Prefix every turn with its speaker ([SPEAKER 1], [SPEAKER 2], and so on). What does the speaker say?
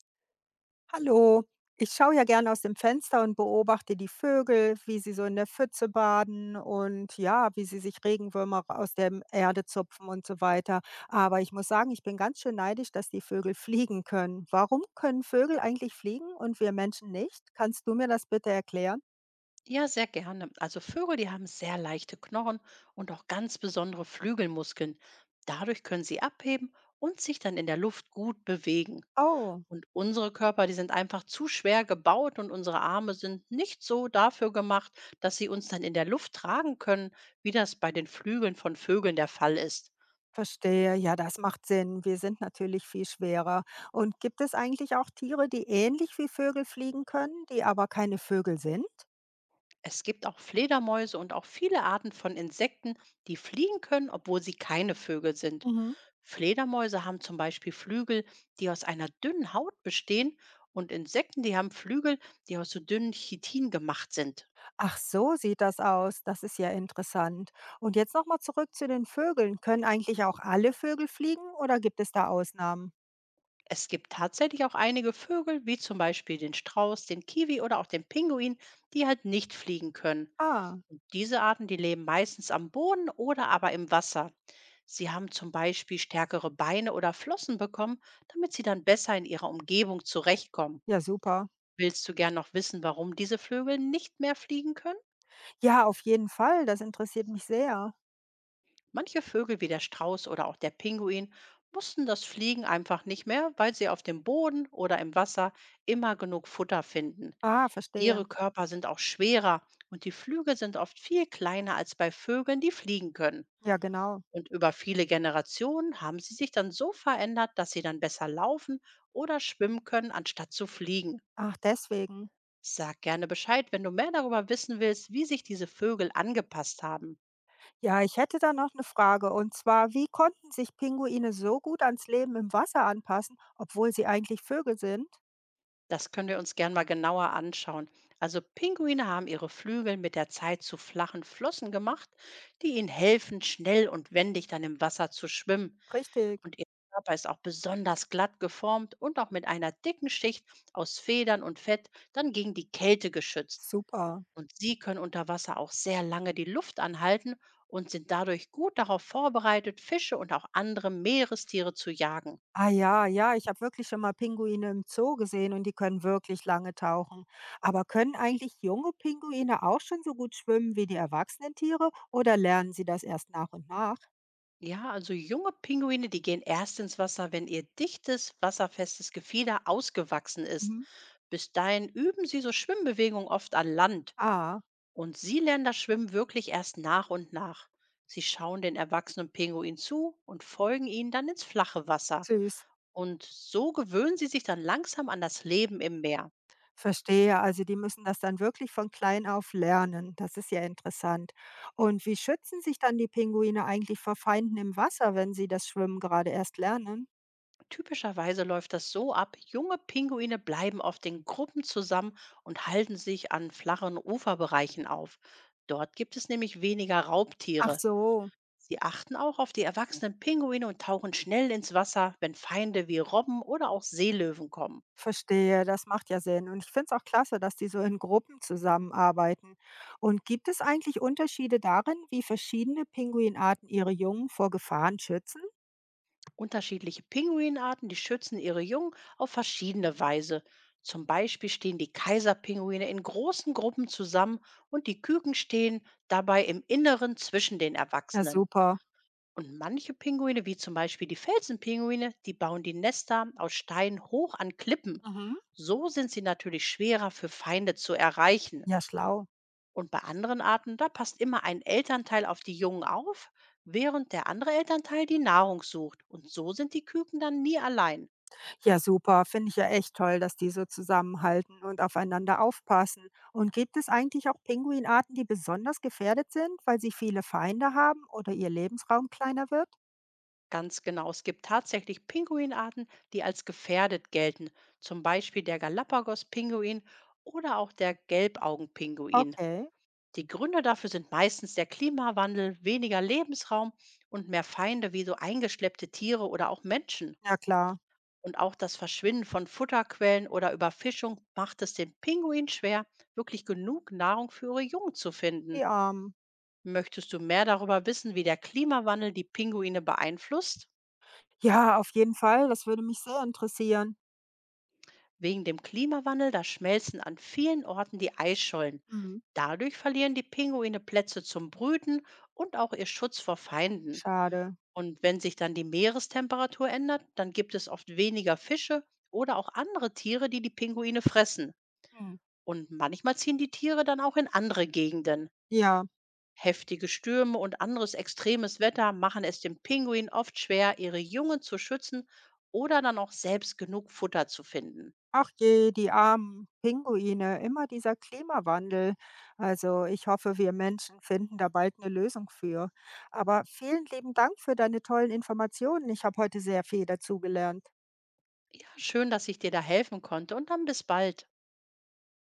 [SPEAKER 1] Hallo, ich schaue ja gern aus dem Fenster und beobachte die Vögel, wie sie so in der Pfütze baden und ja, wie sie sich Regenwürmer aus der Erde zupfen und so weiter. Aber ich muss sagen, ich bin ganz schön neidisch, dass die Vögel fliegen können. Warum können Vögel eigentlich fliegen und wir Menschen nicht? Kannst du mir das bitte erklären?
[SPEAKER 2] Ja, sehr gerne. Also Vögel, die haben sehr leichte Knochen und auch ganz besondere Flügelmuskeln. Dadurch können sie abheben und sich dann in der Luft gut bewegen.
[SPEAKER 1] Oh,
[SPEAKER 2] Und unsere Körper, die sind einfach zu schwer gebaut und unsere Arme sind nicht so dafür gemacht, dass sie uns dann in der Luft tragen können, wie das bei den Flügeln von Vögeln der Fall ist.
[SPEAKER 1] verstehe. Ja, das macht Sinn. Wir sind natürlich viel schwerer. Und gibt es eigentlich auch Tiere, die ähnlich wie Vögel fliegen können, die aber keine Vögel sind?
[SPEAKER 2] Es gibt auch Fledermäuse und auch viele Arten von Insekten, die fliegen können, obwohl sie keine Vögel sind.
[SPEAKER 1] Mhm.
[SPEAKER 2] Fledermäuse haben zum Beispiel Flügel, die aus einer dünnen Haut bestehen und Insekten, die haben Flügel, die aus so dünnen Chitin gemacht sind.
[SPEAKER 1] Ach, so sieht das aus. Das ist ja interessant. Und jetzt nochmal zurück zu den Vögeln. Können eigentlich auch alle Vögel fliegen oder gibt es da Ausnahmen?
[SPEAKER 2] Es gibt tatsächlich auch einige Vögel, wie zum Beispiel den Strauß, den Kiwi oder auch den Pinguin, die halt nicht fliegen können.
[SPEAKER 1] Ah,
[SPEAKER 2] Diese Arten, die leben meistens am Boden oder aber im Wasser. Sie haben zum Beispiel stärkere Beine oder Flossen bekommen, damit sie dann besser in ihrer Umgebung zurechtkommen.
[SPEAKER 1] ja, super.
[SPEAKER 2] Willst du gern noch wissen, warum diese Vögel nicht mehr fliegen können?
[SPEAKER 1] Ja, auf jeden Fall. Das interessiert mich sehr.
[SPEAKER 2] Manche Vögel wie der Strauß oder auch der Pinguin mussten das Fliegen einfach nicht mehr, weil sie auf dem Boden oder im Wasser immer genug Futter finden.
[SPEAKER 1] Ah, verstehe.
[SPEAKER 2] Ihre Körper sind auch schwerer und die Flügel sind oft viel kleiner als bei Vögeln, die fliegen können.
[SPEAKER 1] Ja, genau.
[SPEAKER 2] Und über viele Generationen haben sie sich dann so verändert, dass sie dann besser laufen oder schwimmen können, anstatt zu fliegen.
[SPEAKER 1] Ach, deswegen.
[SPEAKER 2] Sag gerne Bescheid, wenn du mehr darüber wissen willst, wie sich diese Vögel angepasst haben.
[SPEAKER 1] Ja, ich hätte da noch eine Frage. Und zwar, wie konnten sich Pinguine so gut ans Leben im Wasser anpassen, obwohl sie eigentlich Vögel sind?
[SPEAKER 2] Das können wir uns gern mal genauer anschauen. Also Pinguine haben ihre Flügel mit der Zeit zu flachen Flossen gemacht, die ihnen helfen, schnell und wendig dann im Wasser zu schwimmen.
[SPEAKER 1] Richtig.
[SPEAKER 2] Und ihr Körper ist auch besonders glatt geformt und auch mit einer dicken Schicht aus Federn und Fett dann gegen die Kälte geschützt.
[SPEAKER 1] Super.
[SPEAKER 2] Und sie können unter Wasser auch sehr lange die Luft anhalten und sind dadurch gut darauf vorbereitet, Fische und auch andere Meerestiere zu jagen.
[SPEAKER 1] Ah ja, ja, ich habe wirklich schon mal Pinguine im Zoo gesehen und die können wirklich lange tauchen. Aber können eigentlich junge Pinguine auch schon so gut schwimmen wie die erwachsenen Tiere oder lernen sie das erst nach und nach?
[SPEAKER 2] Ja, also junge Pinguine, die gehen erst ins Wasser, wenn ihr dichtes, wasserfestes Gefieder ausgewachsen ist.
[SPEAKER 1] Mhm.
[SPEAKER 2] Bis dahin üben sie so Schwimmbewegungen oft an Land.
[SPEAKER 1] Ah,
[SPEAKER 2] Und sie lernen das Schwimmen wirklich erst nach und nach. Sie schauen den erwachsenen Pinguin zu und folgen ihnen dann ins flache Wasser.
[SPEAKER 1] süß.
[SPEAKER 2] Und so gewöhnen sie sich dann langsam an das Leben im Meer.
[SPEAKER 1] Verstehe, also die müssen das dann wirklich von klein auf lernen. Das ist ja interessant. Und wie schützen sich dann die Pinguine eigentlich vor Feinden im Wasser, wenn sie das Schwimmen gerade erst lernen?
[SPEAKER 2] Typischerweise läuft das so ab: Junge Pinguine bleiben oft in Gruppen zusammen und halten sich an flachen Uferbereichen auf. Dort gibt es nämlich weniger
[SPEAKER 1] Ach
[SPEAKER 2] Raubtiere.
[SPEAKER 1] so,
[SPEAKER 2] Sie achten auch auf die erwachsenen Pinguine und tauchen schnell ins Wasser, wenn Feinde wie Robben oder auch Seelöwen kommen.
[SPEAKER 1] verstehe, das macht ja Sinn. Und ich finde es auch klasse, dass die so in Gruppen zusammenarbeiten. Und gibt es eigentlich Unterschiede darin, wie verschiedene Pinguinarten ihre Jungen vor Gefahren schützen?
[SPEAKER 2] Unterschiedliche Pinguinarten, die schützen ihre Jungen auf verschiedene Weise. Zum Beispiel stehen die Kaiserpinguine in großen Gruppen zusammen und die Küken stehen dabei im Inneren zwischen den
[SPEAKER 1] Ja,
[SPEAKER 2] Erwachsenen.
[SPEAKER 1] super.
[SPEAKER 2] Und manche Pinguine, wie zum Beispiel die Felsenpinguine, die bauen die Nester aus Stein hoch an Klippen.
[SPEAKER 1] Mhm.
[SPEAKER 2] So sind sie natürlich schwerer für Feinde zu erreichen.
[SPEAKER 1] Ja, schlau.
[SPEAKER 2] Und bei anderen Arten, da passt immer ein Elternteil auf die Jungen auf, während der andere Elternteil die Nahrung sucht. Und so sind die Küken dann nie allein.
[SPEAKER 1] Ja, super. Finde ich ja echt toll, dass die so zusammenhalten und aufeinander aufpassen. Und gibt es eigentlich auch Pinguinarten, die besonders gefährdet sind, weil sie viele Feinde haben oder ihr Lebensraum kleiner wird?
[SPEAKER 2] Ganz genau, es gibt tatsächlich Pinguinarten, die als gefährdet gelten. Zum Beispiel der Galapagos-Pinguin oder auch der Gelbaugenpinguin.
[SPEAKER 1] Okay,
[SPEAKER 2] Die Gründe dafür sind meistens der Klimawandel, weniger Lebensraum und mehr Feinde wie so eingeschleppte Tiere oder auch Menschen.
[SPEAKER 1] ja klar.
[SPEAKER 2] Und auch das Verschwinden von Futterquellen oder Überfischung macht es den Pinguinen schwer, wirklich genug Nahrung für ihre Jungen zu finden.
[SPEAKER 1] Die Armen.
[SPEAKER 2] Möchtest du mehr darüber wissen, wie der Klimawandel die Pinguine beeinflusst?
[SPEAKER 1] Ja, auf jeden Fall. Das würde mich sehr interessieren.
[SPEAKER 2] Wegen dem Klimawandel, da schmelzen an vielen Orten die Eisschollen.
[SPEAKER 1] Mhm.
[SPEAKER 2] Dadurch verlieren die Pinguine Plätze zum Brüten und auch ihr Schutz vor Feinden.
[SPEAKER 1] Schade.
[SPEAKER 2] Und wenn sich dann die Meerestemperatur ändert, dann gibt es oft weniger Fische oder auch andere Tiere, die die Pinguine fressen.
[SPEAKER 1] Mhm.
[SPEAKER 2] Und manchmal ziehen die Tiere dann auch in andere Gegenden.
[SPEAKER 1] Ja,
[SPEAKER 2] Heftige Stürme und anderes extremes Wetter machen es dem Pinguin oft schwer, ihre Jungen zu schützen oder dann auch selbst genug Futter zu finden.
[SPEAKER 1] ach je, die armen Pinguine, immer dieser Klimawandel. Also ich hoffe, wir Menschen finden da bald eine Lösung für. Aber vielen lieben Dank für deine tollen Informationen. Ich habe heute sehr viel dazugelernt.
[SPEAKER 2] Ja, schön, dass ich dir da helfen konnte, und dann bis bald.